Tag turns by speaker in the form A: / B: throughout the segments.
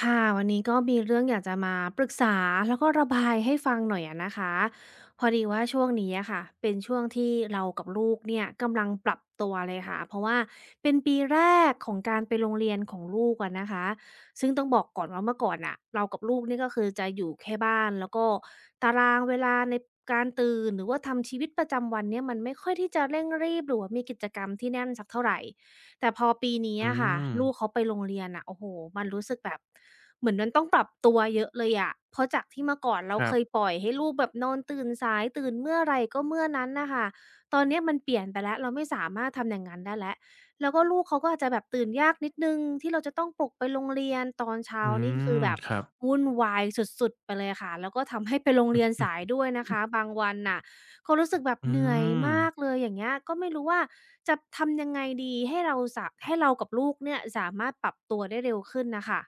A: ค่ะวันนี้ก็มีเรื่องอยากจะมาปรึกษาแล้วก็ระบายให้ฟังหน่อยอะนะคะพอดีว่าช่วงนี้อะค่ะเป็นช่วงที่เรากับลูกเนี่ยกำลังปรับตัวเลยค่ะเพราะว่าเป็นปีแรกของการไปโรงเรียนของลูกอะนะคะซึ่งต้องบอกก่อนว่าเมื่อก่อนน่ะเรากับลูกนี่ก็คือจะอยู่แค่บ้านแล้วก็ตารางเวลาในการตื่นหรือว่าทำชีวิตประจำวันเนี่ยมันไม่ค่อยที่จะเร่งรีบหรือว่ามีกิจกรรมที่แน่นสักเท่าไหร แต่พอปีนี้
B: อื
A: อะค่ะ
B: ม
A: ลูกเขาไปโรงเรียนนะโอ้โฮมันรู้สึกแบบเหมือนมันต้องปรับตัวเยอะเลยอะเพราะจากที่เมื่อก่อนเรา
B: ครั
A: เค
B: บ
A: ยปล่อยให้ลูกแบบนอนตื่นสายตื่นเมื่อไรก็เมื่อนั้นน่ะค่ะตอนเนี้ยมันเปลี่ยนไปแล้วเราไม่สามารถทำอย่างนั้นได้แล้วแล้วก็ลูกเขาก็อาจจะแบบตื่นยากนิดหนึ่งที่เราจะต้องปลุกไปโรงเรียนตอนเช้า
B: อื
A: นี่คือ
B: ม
A: แบบ
B: ครับ
A: วุ่นวายสุดๆไปเลยค่ะแล้วก็ทำให้ไปโรงเรียนสายด้วยนะคะ บางวันน่ะ เขารู้สึกแบบ
B: อื
A: เหนื่อย
B: ม
A: มากเลยอย่างเงี้ยก็ไม่รู้ว่าจะทำยังไงดีให้เราสะให้เรากับลูกเนี่ยสามารถปรับตัวได้เร็วขึ้นนะค่ะ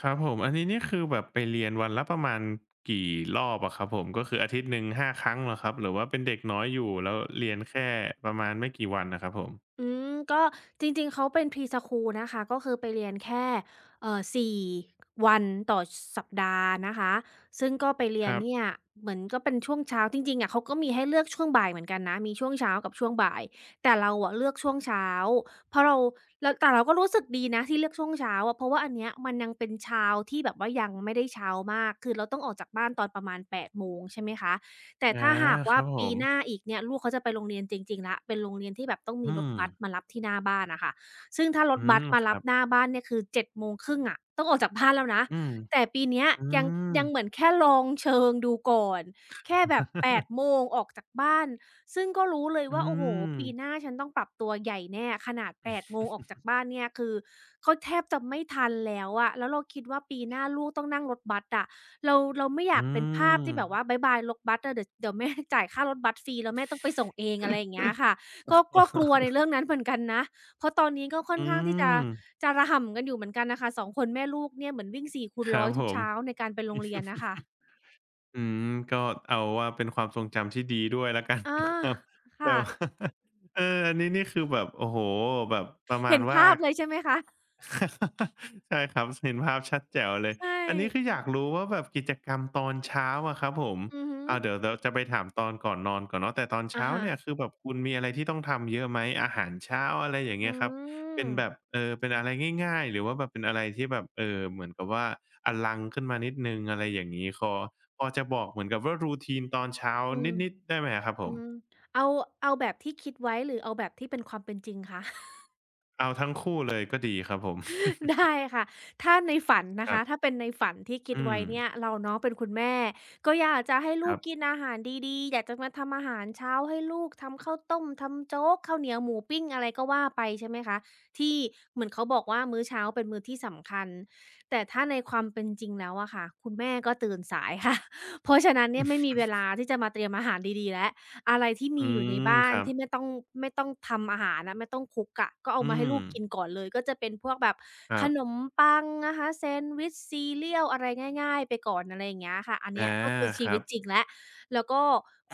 B: ครับผมอันนี้นี่คือแบบไปเรียนวันละประมาณกี่รอบอะครับผมก็คืออาทิตย์หนึ่ง5ครั้งเหรอครับหรือว่าเป็นเด็กน้อยอยู่แล้วเรียนแค่ประมาณไม่กี่วันอะครับผม
A: อืมก็จริงๆเขาเป็น Pre-School นะคะก็คือไปเรียนแค่4วันต่อสสัปดาห์นะคะซึ่งก็ไปเรี
B: ค
A: ยน
B: รับ
A: เนี่ยเหมือนก็เป็นช่วงเช้าจริงๆอะเขาก็มีให้เลือกช่วงบ่ายเหมือนกันนะมีช่วงเช้ากับช่วงบ่ายแต่เราอะเลือกช่วงเช้าเพราะเราแล้วแต่เราก็รู้สึกดีนะที่เลือกช่วงเช้าอะเพราะว่าอันเนี้ยมันยังเป็นเช้าที่แบบว่ายังไม่ได้เช้ามากคือเราต้องออกจากบ้านตอนประมาณ 8 โมงใช่ไหมคะ แต่
B: อา
A: ถ้าหาก
B: ค
A: ว่า
B: รับผ
A: ปี
B: ม
A: หน้าอีกเนี่ยลูกเขาจะไปโรงเรียนจริงๆแล้วเป็นโรงเรียนที่แบบต้องมี
B: อื
A: รถ
B: ม
A: บัสมารับที่หน้าบ้านอะค่ะซึ่งถ้าร
B: อื
A: ถบัส
B: ม
A: มา
B: ค
A: รั
B: รั
A: บห
B: บ
A: น้าบ้านเนี่ยคือ7่0อะต้องออกจากบ้านแล้วนะ
B: อืม
A: แต่ปีเนี้ย
B: อื
A: ยัง
B: ม
A: ยังเหมือนแค่ลองเชิงดูก่อนแค่แบบ8มงออกจากบ้านซึ่งก็รู้เลย
B: อื
A: ว่าโอ้โฮ
B: ม
A: ปีหน้าฉันต้องปรับตัวใหญ่แน่ขนาดแปดโมงออกจากบ้านเนี่ยคือเขาแทบจะไม่ทันแล้วอะแล้วเราคิดว่าปีหน้าลูกต้องนั่งรถบัสอะ เราไม่อยาก
B: อื
A: เป็นภาพ
B: ม
A: ที่แบบว่าบ๊ายบายรถบัสอะเดี๋ยวแม่ จ่ายค่ารถบัสฟรีแล้วแม่ต้องไปส่งเองอะไรอย่างเงี้ยค่ะก็กลัวในเรื่องนั้น เหมือนกันนะเพราะตอนนี้ก็ค่อน
B: อื
A: ข้างที่จะ
B: ม
A: จะระห่ำกันอยู่เหมือนกันน่ะค่ะ2คนแม่ลูกเนี่ยเหมือนวิ่งสี่คูณ
B: ค
A: ร้
B: รั
A: อ
B: บ
A: ยทุ
B: ผ
A: ก
B: ม
A: เช้าในการไปโรงเรียนน่ะค่ะ
B: อืมก็เอาว่าเป็นความทรงจำที่ดีด้วยแล้วกัน
A: อา
B: ครับแต่
A: ค่ะ
B: ว่า อันนี้นี่คือแบบโอ้โหแบบประมา
A: เห็
B: ณ
A: น
B: ว่า
A: ภาพเลยใช่ไหมคะ
B: ใช่ครับเห็นภาพชัดแจ๋วเลย
A: ใช
B: อันนี้คือ
A: ่
B: อยากรู้ว่าแบบกิจกรรมตอนเช้าอะครับผม
A: อือฮึ
B: เดี๋ยวเราจะไปถามตอนก่อนนอนก่อนเนาะแต่ตอน
A: อะ
B: เช้า
A: ฮะ
B: เนี่ยคือแบบคุณมีอะไรที่ต้องทำเยอะไหมอาหารเช้าอะไรอย่าง
A: อื
B: เงี้ยครับเป็
A: ม
B: นแบบเป็นอะไรง่ายๆหรือว่าแบบเป็นอะไรที่แบบเหมือนกับว่าอลังขึ้นมานิดนึงอะไรอย่างงี้คอพอจะบอกเหมือนกับว่า r ูทีน e ตอนเช้า
A: อืม
B: นิดๆได้ไหมครับผ
A: อื
B: ม
A: มเอาเอาแบบที่คิดไว้หรือเอาแบบที่เป็นความเป็นจริงคะ
B: เอาทั้งคู่เลยก็ดีครับผม
A: ได้ค่ะถ้าในฝัน
B: ค
A: นะ
B: รั
A: คะถ้า
B: บ
A: เป็นในฝันที่คิด
B: อื
A: ไว้
B: ม
A: เนี่ยเราเนาะเป็นคุณแม่ก็อยากจะให้
B: ค
A: ลู
B: รั
A: กกิ
B: บ
A: นอาหารดีๆ อยากจะมาทำอาหารเช้าให้ลูกทำข้าวต้มทำโจ๊กข้าวเหนียวหมูปิ้งอะไรก็ว่าไปใช่ไหมคะ ที่เหมือนเขาบอกว่ามื้อเช้าเป็นมื้อที่สำคัญ แต่ถ้าในความเป็นจริงแล้วอะค่ะ คุณแม่ก็ตื่นสายค่ะ เพราะฉะนั้นเนี่ยไม่มีเวลาที่จะมาเตรียมอาหารดีๆแล้ว อะไรที่
B: อื
A: มีอยู่ใน
B: ม
A: บ้า
B: ค
A: น
B: รับ
A: ที่ไม่ต้องทำอาหารอะไม่ต้องคุกอะก็เอา
B: อื
A: มาให้
B: ม
A: ลูกกินก่อนเลยก็จะเป็นพวกแบบ
B: ค
A: ข
B: รั
A: น
B: บ
A: มปังนะคะแซนด์วิชซีเรียลอะไรง่ายๆไปก่อนอะไรอย่างเงี้ยค่ะอันเนี้ย
B: อา
A: ก็คือ
B: ค
A: ชีวิ
B: รั
A: ต
B: บ
A: จริงแล้วแล้วก็
B: อ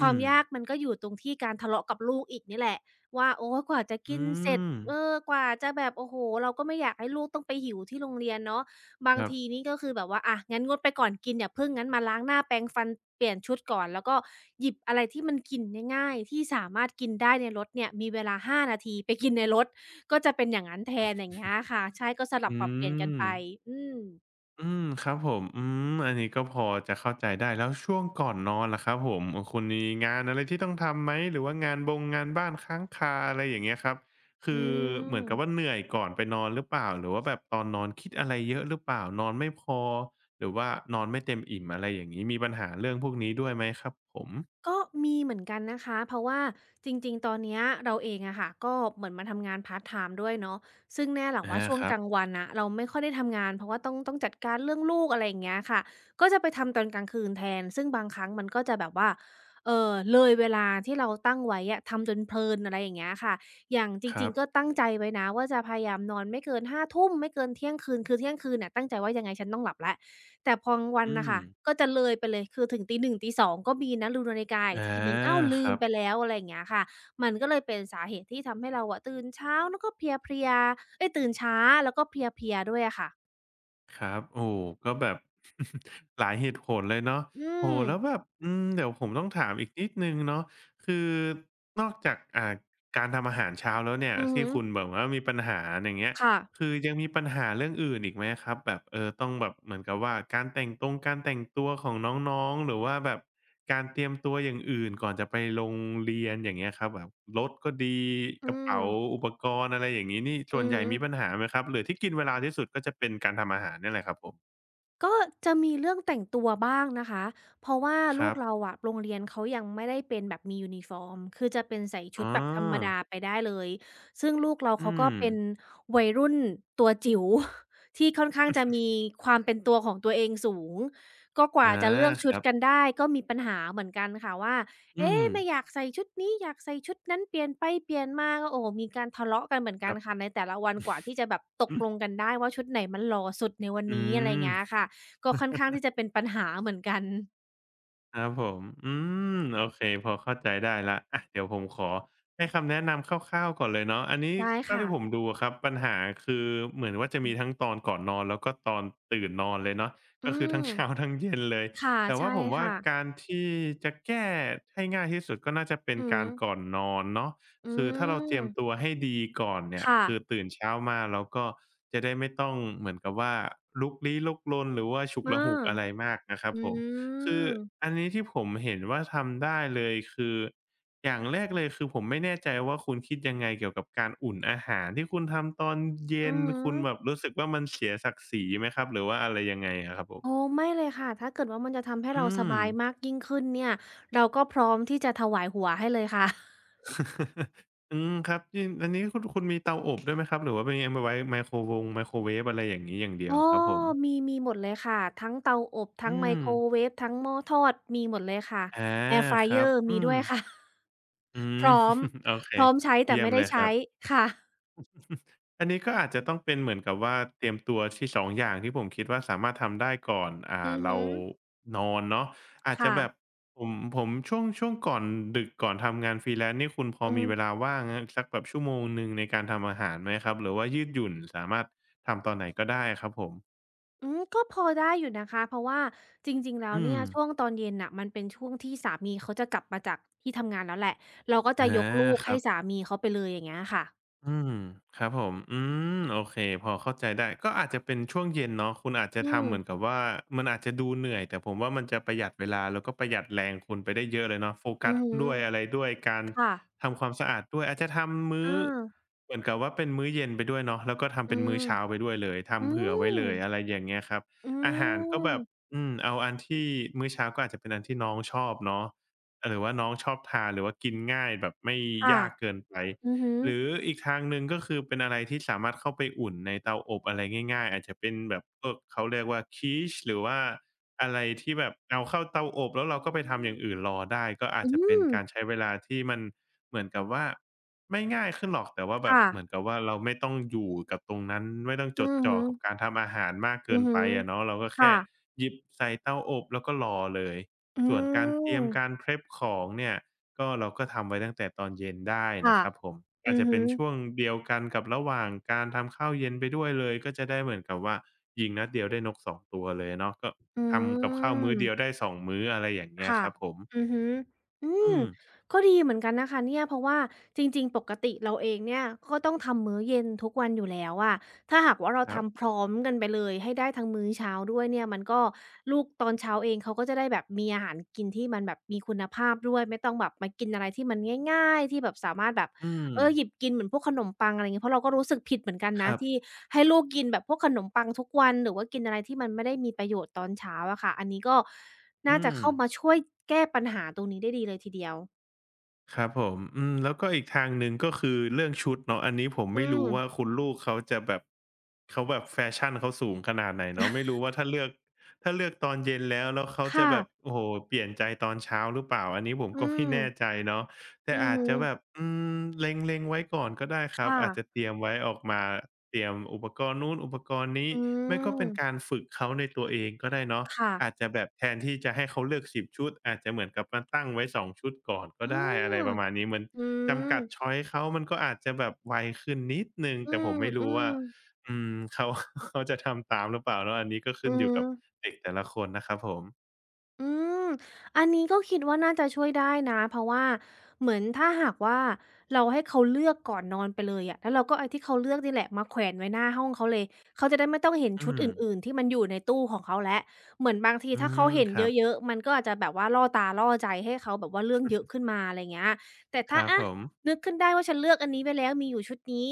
A: ค
B: ื
A: วาม
B: ม
A: ยากมันก็อยู่ตรงที่การทะเลาะกับลูกอีกนี่แหละว่าโอ๊ยกว่าจะกิ
B: อื
A: นเสร็จ
B: ม
A: เออกว่าจะแบบโอ้โฮเราก็ไม่อยากให้ลูกต้องไปหิวที่โรงเรียนเนาะ บาง
B: ครั
A: ที
B: บ
A: นี่ก็คือแบบว่าอ่ะงั้นงดไปก่อนกินอย่าพึ่งงั้นมาล้างหน้าแปรงฟันเปลี่ยนชุดก่อนแล้วก็หยิบอะไรที่มันกินง่ายๆที่สามารถกินได้ในรถเนี่ยมีเวลา5นาทีไปกินในรถก็จะเป็นอย่างงั้นแทนอย่างเงี้ยค่ะใช่ก็สลั
B: อื
A: บปรับเปลี่ยนกัน
B: ม
A: ไปอืม
B: อืม ครับผม อืม อันนี้ก็พอจะเข้าใจได้แล้วช่วงก่อนนอนล่ะครับผมคุณมีงานอะไรที่ต้องทำไหม หรือว่างานบ้านค้างคาอะไรอย่างเงี้ยครับ
A: อื
B: คือเหมือนกับว่า
A: ม
B: เหนื่อยก่อนไปนอนหรือเปล่า หรือว่าแบบตอนนอนคิดอะไรเยอะหรือเปล่า นอนไม่พอ หรือว่านอนไม่เต็มอิ่มอะไรอย่างงี้ มีปัญหาเรื่องพวกนี้ด้วยไหมครับผม
A: ก็มีเหมือนกันนะคะเพราะว่าจริงๆตอนเนี้ยเราเองอะค่ะก็เหมือนมาทำงานพาร์ตไทม์ด้วยเนาะซึ่งแน่แหละว่า
B: อา
A: ช่วง
B: ครั
A: ก
B: บ
A: ลางวันน่ะเราไม่ค่อยได้ทำงานเพราะว่าต้องจัดการเรื่องลูกอะไรอย่างเงี้ยค่ะก็จะไปทำตอนกลางคืนแทนซึ่งบางครั้งมันก็จะแบบว่าเลยเวลาที่เราตั้งไว้อะทำจนเพลินอะไรอย่างเงี้ยค่ะอย่างจ
B: ค
A: ริ
B: รั
A: ง
B: บ
A: ๆก็ตั้งใจไว้นะว่าจะพยายามนอนไม่เกินห้าทุ่มไม่เกินเที่ยงคืนคือเที่ยงคืนเนี่ยตั้งใจว่ายังไงฉันต้องหลับแล้ว แต่พอกลางวัน
B: อื
A: น่ะ
B: ม
A: ค่ะก็จะเลยไปเลยคือถึงตีหนึ่งตีสองก็มีนะดูนาฬิกาอีก
B: อา
A: ทีหนึ่งอ้าว
B: ค
A: ลืม
B: รับ
A: ไปแล้วอะไรอย่างเงี้ยค่ะมันก็เลยเป็นสาเหตุที่ทำให้เราอะตื่นเช้าแล้วก็เพลียๆเอ๊ยตื่นช้าแล้วก็เพลียๆด้วยอะค่ะ
B: ครับโอ้ก็แบบ หลายเหตุผลเลยเนาะ
A: อื
B: โอ้
A: ม
B: แล้วแบบอืมเดี๋ยวผมต้องถามอีกนิดนึงเนาะคือนอกจากการทำอาหารเช้าแล้วเนี่ย
A: อือฮึ
B: ที่คุณแบบว่ามีปัญหาอย่างเงี้ย
A: ค่ะ
B: คือยังมีปัญหาเรื่องอื่นอีกไหมครับแบบต้องแบบเหมือนกับว่าการแต่งตรงการแต่งตัวของน้องๆหรือว่าแบบการเตรียมตัวอย่างอื่นก่อนจะไปโรงเรียนอย่างเงี้ยครับแบบรถก็ดี
A: อื
B: กระ
A: ม
B: เป๋าอุปกรณ์อะไรอย่างงี้นี่
A: อื
B: ส่วน
A: อ
B: ใหญ่
A: ฮึ
B: มีปัญหาไหมครับหรือที่กินเวลาที่สุดก็จะเป็นการทำอาหารเนี่ยแหละครับผม
A: ก็จะมีเรื่องแต่งตัวบ้างนะคะ เพราะว่า
B: ค
A: ลู
B: รั
A: ก
B: บ
A: เราอะโรงเรียนเขายังไม่ได้เป็นแบบมียูนิฟอร์มคือจะเป็นใส่ชุด
B: อ๋อ
A: แบบธรรมดาไปได้เลย ซึ่งลูกเราเขา
B: อื
A: ก็
B: ม
A: เป็นวัยรุ่นตัวจิ๋ว ที่ค่อนข้างจะมีความเป็นตัวของตัวเองสูงก็กว่า
B: อา
A: จะเลือก
B: ค
A: ชุด
B: รั
A: กัน
B: บ
A: ได้ก็มีปัญหาเหมือนกันค่ะว่า
B: อืม
A: เอ๊ะไม่อยากใส่ชุดนี้อยากใส่ชุดนั้นเปลี่ยนไปเปลี่ยนมาก็โอ้โหมีการทะเลาะกันเหมือน
B: ค
A: กัน
B: รั
A: ค่ะ
B: บ
A: ในแต่ละวันกว่าที่จะแบบตก
B: อือ
A: ลงกันได้ว่าชุดไหนมันหล่อสุดในวัน
B: อื
A: นี้อะไร
B: ม
A: เงี้ยค่ะ ก็ค่อนข้างที่จะเป็นปัญหาเหมือนกัน
B: ครับผมอืมโอเคพอเข้าใจได้แล้วอะเดี๋ยวผมขอให้คำแนะนำคร่าวๆก่อนเลยเนาะอันนี้
A: ได้
B: เท่า
A: ค่ะ
B: ที่ผมดูอะครับปัญหาคือเหมือนว่าจะมีทั้งตอนก่อนนอนแล้วก็ตอนตื่นนอนเลยเนาะ
A: อื
B: ก็คือ
A: ม
B: ทั้งเช้าทั้งเย็นเลย
A: ค่ะ
B: แต่
A: ใช่
B: ว่าผมว่า
A: ค่ะ
B: การที่จะแก้ให้ง่ายที่สุดก็น่าจะเป็น
A: อือ
B: กา
A: ฮึ
B: รก่อนนอนเนาะ
A: อื
B: คือถ้าเราเตรียมตัว
A: ม
B: ให้ดีก่อนเนี่ย
A: ค่ะ
B: คือตื่นเช้ามาเราก็จะได้ไม่ต้องเหมือนกับว่าลุกลี้ลุกลนหรือว่าฉุ
A: เอ
B: ก
A: อ
B: ละหุกอะไรมากนะครับ
A: อื
B: ผม คือ
A: ม
B: อันนี้ที่ผมเห็นว่าทำได้เลยคืออย่างแรกเลยคือผมไม่แน่ใจว่าคุณคิดยังไงเกี่ยวกับการอุ่นอาหารที่คุณทำตอนเย็
A: อื
B: น
A: อฮึ
B: คุณแบบรู้สึกว่ามันเสียศักดิ์ศรีไหมครับหรือว่าอะไรยังไงอะครับผ
A: โอ้
B: ม
A: ไม่เลยค่ะ ถ้าเกิดว่ามันจะทำให้เรา
B: อื
A: ส
B: ม
A: บายมากยิ่งขึ้นเนี่ยเราก็พร้อมที่จะถวายหัวให้เลยค่ะ
B: อืมครับนี่อันนี้คุณมีเตาอบด้วยไหมครับหรือว่าเป็นยังไว้ไมโครเวฟอะไรอย่างนี้อย่างเดีย
A: อ้
B: ว
A: อ
B: ครับผม
A: มีหมดเลยค่ะ ทั้งเตาอบ ทั้
B: อื
A: งไม
B: ม
A: โครเวฟทั้งหม้อทอดมีหมดเลยค่ะ
B: อา
A: Air
B: ครับ
A: Fryer
B: อื
A: มีด้
B: ม
A: วยค่ะ
B: อื
A: พ
B: ม
A: ร้อม
B: โอเค
A: พร้อมใช้แต่
B: เยี่ย
A: ไม่
B: ม
A: ได้
B: เลยค
A: ใช้
B: รับ
A: ค่ะ
B: อันนี้ก็อาจจะต้องเป็นเหมือนกับว่าเตรียมตัวที่2องอย่างที่ผมคิดว่าสามารถทำได้ก่อน
A: อือ
B: เรา
A: ฮึ
B: นอนเนาะอาจจะ
A: ค่ะ
B: แบบผมช่วงก่อนดึกก่อนทำงาน freelance นี่คุณพอ
A: อืม
B: มีเวลาว่างอะสักแบบชั่วโมงหนึ่งในการทำอาหารไหมครับหรือว่ายืดหยุ่นสามารถทำตอนไหนก็ได้ครับผม
A: อืมก็พอได้อยู่นะคะเพราะว่าจริงๆแล้ว
B: อื
A: เนี่ย
B: ม
A: ช่วงตอนเย็นน่ะมันเป็นช่วงที่สามีเขาจะกลับมาจากที่ทำงานแล้วแหละเราก็จะ
B: อา
A: ยกลูก
B: ค
A: ให้
B: รั
A: สา
B: บ
A: มีเขาไปเลยอย่างเงี้ยค่ะ
B: อืมครับผมอืมโอเคพอเข้าใจได้ก็อาจจะเป็นช่วงเย็นเนาะคุณอาจจะ
A: อืม
B: ทำเหมือนกับว่ามันอาจจะดูเหนื่อยแต่ผมว่ามันจะประหยัดเวลาแล้วก็ประหยัดแรงคุณไปได้เยอะเลยเนาะโฟ
A: อื
B: กัส
A: อฮึ
B: ด้วยอะไรด้วยการ
A: ค่ะ
B: ทำความสะอาดด้วยอาจจะทำมื้อ
A: อา
B: เหมือนกับว่าเป็นมื้อเย็นไปด้วยเนาะแล้วก็ทำ
A: อื
B: เป็น
A: ม
B: มื้อเช้าไปด้วยเลย
A: อื
B: ทำเผื่อไว้
A: ม
B: เลยอะไรอย่างเงี้ยครับ
A: อื
B: อาหารก็แบบ
A: ม
B: อืมเอาอันที่มื้อเช้าก็อาจจะเป็นอันที่น้องชอบเนาะหรือว่าน้องชอบทานหรือว่ากินง่ายแบบไม่
A: ค่ะ
B: ยากเกินไป
A: อือฮึ
B: หรืออีกทางหนึ่งก็คือเป็นอะไรที่สามารถเข้าไปอุ่นในเตาอบอะไรง่ายๆอาจจะเป็นแบบพวกเขาเรียกว่า Quiche หรือว่าอะไรที่แบบเอาเข้าเตาอบแล้วเรา
A: อื
B: ก็ไปทำอย่างอื่
A: ม
B: นรอได้ก็อาจ
A: อื
B: จะเป็น
A: ม
B: การใช้เวลาที่มันเหมือนกับว่าไม่ง่ายขึ้นหรอกแต่ว่าแบบ
A: ค่ะ
B: เหมือนกับว่าเราไม่ต้องอยู่กับตรงนั้นไม่ต้องจ
A: อื
B: ด
A: อ
B: จ่อ
A: ฮึ
B: กับการทำอาหารมากเกิ
A: อือ
B: น
A: ฮึ
B: ไปอะเนาะเราก็
A: ค่ะ
B: แค่หยิบใส่เตาอบแล้วก็รอเลย
A: อื
B: ส่วนการเตรียมการ
A: ม
B: prep ของเนี่ย ก็เราก็ทำไว้ตั้งแต่ตอนเย็นได้นะ
A: ค่ะ
B: ครับผม
A: อื
B: อาจ
A: อ
B: จะ
A: ฮึ
B: เป็นช่วงเดียวกันกับระหว่างการทำข้าวเย็นไปด้วยเลยก็จะได้เหมือนกับว่ายิงนัดเดียวได้นก2ตัวเลยเนาะก็
A: อื
B: ทำกับข้าวมื้อเดียว
A: ม
B: ได้สองมื้ออะไรอย่างเงี้ย
A: ค่ะ
B: ครับผม
A: อือฮึอื
B: อื
A: ม
B: ม
A: ก็ดีเหมือนกันนะคะเนี่ยเพราะว่าจริงๆปกติเราเองเนี่ยก็ต้องทำมื้อเย็นทุกวันอยู่แล้วอะถ้าหากว่าเรา
B: ครับ
A: ทำพร้อมกันไปเลยให้ได้ทั้งมื้อเช้าด้วยเนี่ยมันก็ลูกตอนเช้าเองเขาก็จะได้แบบมีอาหารกินที่มันแบบมีคุณภาพด้วยไม่ต้องแบบมากินอะไรที่มันง่ายๆที่แบบสามารถแบบ
B: อืม
A: เออหยิบกินเหมือนพวกขนมปังอะไรอย่างงี้เพราะเราก็รู้สึกผิดเหมือนกัน
B: ค
A: นะ
B: รั
A: ที่
B: บ
A: ให้ลูกกินแบบพวกขนมปังทุกวันหรือว่ากินอะไรที่มันไม่ได้มีประโยชน์ตอนเช้าอะค่ะอันนี้ก็น่า
B: อื
A: จะ
B: ม
A: เข้ามาช่วยแก้ปัญหาตรงนี้ได้ดีเลยทีเดียว
B: ครับผมอืมแล้วก็อีกทางหนึ่งก็คือเรื่องชุดเนาะอันนี้ผม
A: อื
B: ไม่
A: ม
B: รู้ว่าคุณลูกเขาจะแบบเขาแบบแฟชั่นเขาสูงขนาดไหนเนาะไม่รู้ว่าถ้าเลือกตอนเย็นแล้วเขาจะ
A: ค่ะ
B: แบบโอ้โฮเปลี่ยนใจตอนเช้าหรือเปล่า อันนี้ผม
A: อื
B: ก็ ไม่
A: ม
B: แน่ใจเนาะแต่
A: อือ
B: อาจ
A: ฮึ
B: จะแบบเล็งๆไว้ก่อนก็ได้ครับ
A: ค่ะ
B: อาจจะเตรียมไว้ออกมาเตรียมอุปกรณ์นู้นอุปกรณ์นี้
A: อื
B: ไม่ก็
A: ม
B: เป็นการฝึกเขาในตัวเองก็ได้เนาะ
A: ค่ะ
B: อาจจะแบบแทนที่จะให้เขาเลือกสิบชุดอาจจะเหมือนกับมาตั้งไว้สองชุดก่อนก็
A: อ้อ
B: ได้อะไรประมาณนี้เหมือน
A: อื
B: จำ
A: ม
B: กัดชอยซ์เขามันก็อาจจะแบบไวขึ้นนิดหนึ่ง
A: อื
B: แต่ผมไม่รู้ว่า
A: มๆ
B: อืมเขา เขาจะทำตามหรือเปล่าเนาะอันนี้ก็
A: อื
B: ขึ้น
A: อ
B: อยู่
A: ฮึ
B: กับเด็กแต่ละคนนะครับผม
A: อืม อันนี้ก็คิดว่าน่าจะช่วยได้นะเพราะว่าเหมือนถ้าหากว่าเราให้เขาเลือกก่อนนอนไปเลยอะแล้วเราก็เอาที่เขาเลือกนี่แหละมาแขวนไว้หน้าห้องเขาเลยเขาจะได้ไม่ต้องเห็น
B: อื
A: ชุดอ
B: ม
A: ื่นๆที่มันอยู่ในตู้ของเขาแล้วเหมือนบางที
B: อื
A: ถ้าเขา
B: ม
A: เห็น
B: ครับ
A: เยอะๆมันก็อาจจะแบบว่าล่อตาล่อใจให้เขาแบบว่าเรื่องเยอะขึ้นมาอะไรเงี้ยแต่
B: ค
A: ถ้า
B: รับ
A: อะ
B: ผม
A: นึกขึ้นได้ว่าฉันเลือกอันนี้ไว้แล้วมีอยู่ชุดนี้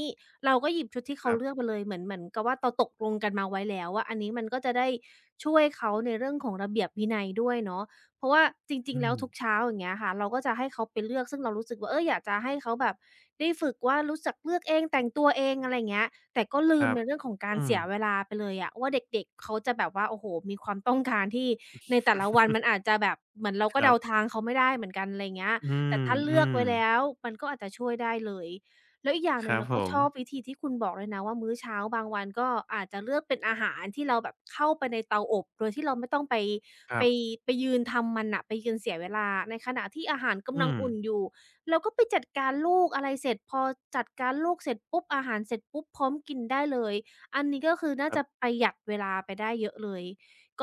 A: เราก็หยิบชุดที่
B: ค
A: เขา
B: รั
A: เลือก
B: บ
A: มาเลยเหมือนกับว่าเราตกลงกันมาไว้แล้วอาอันนี้มันก็จะได้ช่วยเขาในเรื่องของระเบียบวินัยด้วยเนาะเพราะว่าจริ
B: อื
A: งๆแล้ว
B: ม
A: ทุกเช้าอย่างเงี้ยค่ะเราก็จะให้เขาไปเลือกซึ่งเรารู้สึกว่าเอออยากจะให้เขาแบบได้ฝึกว่ารู้จักเลือกเองแต่งตัวเองอะไรอย่างเงี้ยแต่ก็ลื
B: ค
A: ม
B: รั
A: ใน
B: บ
A: เรื่องของการ
B: อืม
A: เสียเวลาไปเลยอะว่าเด็กๆเขาจะแบบว่าโอ้โฮมีความต้องการที่ในแต่ละวันมันอาจจะแบบเหมือนเรา
B: ค
A: ก็
B: รั
A: เดาทา
B: บ
A: งเขาไม่ได้เหมือนกันอะไรอย่างเงี้ย
B: อื
A: แต่
B: ม
A: ถ้า
B: อื
A: เลือก
B: ม
A: ไว้แล้วมันก็อาจจะช่วยได้เลย แล้วอีกอย่างห
B: ค
A: นึ่ง
B: รับ
A: เรา
B: ผ
A: ก็ช
B: ม
A: อบวิธีที่คุณบอกเลยนะว่ามื้อเช้าบางวันก็อาจจะเลือกเป็นอาหารที่เราแบบเข้าไปในเตาอบโดยที่เราไม่ต้อง
B: ครั
A: ไป
B: บ
A: ไปยืนทำมันน่ะไปยืนเสียเวลาในขณะที่อาหารกำลั
B: อื
A: ง
B: ม
A: อุ่นอยู่เราก็ไปจัดการลูกอะไรเสร็จพอจัดการลูกเสร็จปุ๊บอาหารเสร็จปุ๊บพร้อมกินได้เลยอันนี้ก็คือน่า
B: ครับ
A: จะประหยัดเวลาไปได้เยอะเลย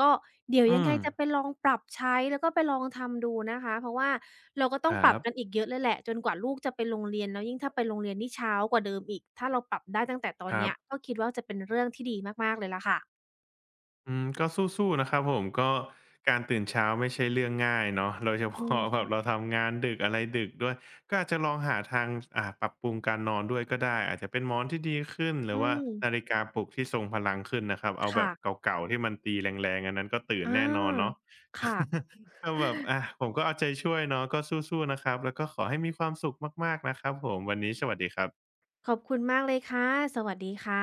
A: ก็เดี๋ยวยั
B: อื
A: งไง
B: ม
A: จะไปลองปรับใช้แล้วก็ไปลองทำดูนะคะเพราะว่าเราก็ต้อ
B: ค
A: งป
B: รั
A: รับ
B: บ
A: กันอีกเยอะเลยแหละจนกว่าลูกจะไปโรงเรียนแล้วยิ่งถ้าไปโรงเรียนนี่เช้ากว่าเดิมอีกถ้าเราปรับได้ตั้งแต่ตอน
B: ครั
A: เนี้
B: บ
A: ยก็คิดว่าจะเป็นเรื่องที่ดีมากๆเลยล่ะค่ะ
B: อืมสู้ๆนะครับผมก็การตื่นเช้าไม่ใช่เรื่องง่ายเนาะ โดยเฉ
A: อือ
B: พาะ
A: ฮึ
B: แบบเราทำงานดึกอะไรดึกด้วยก็อาจจะลองหาทางปรับปรุงการนอนด้วยก็ได้อาจจะเป็นหมอนที่ดีขึ้นหรื
A: อื
B: อว่า
A: ม
B: นาฬิกาปลุกที่ทรงพลังขึ้นนะครับเอาแบ
A: ค่ะ
B: บเก่าๆที่มันตีแรงๆอันนั้นก็ตื่น
A: อ
B: แน่นอนเนาะ
A: าค่ะ
B: ก็แบบอะผมก็เอาใจช่วยเนาะก็สู้ๆนะครับแล้วก็ขอให้มีความสุขมากๆนะครับผมวันนี้สวัสดีครับ
A: ขอบคุณมากเลยค่ะสวัสดีค่ะ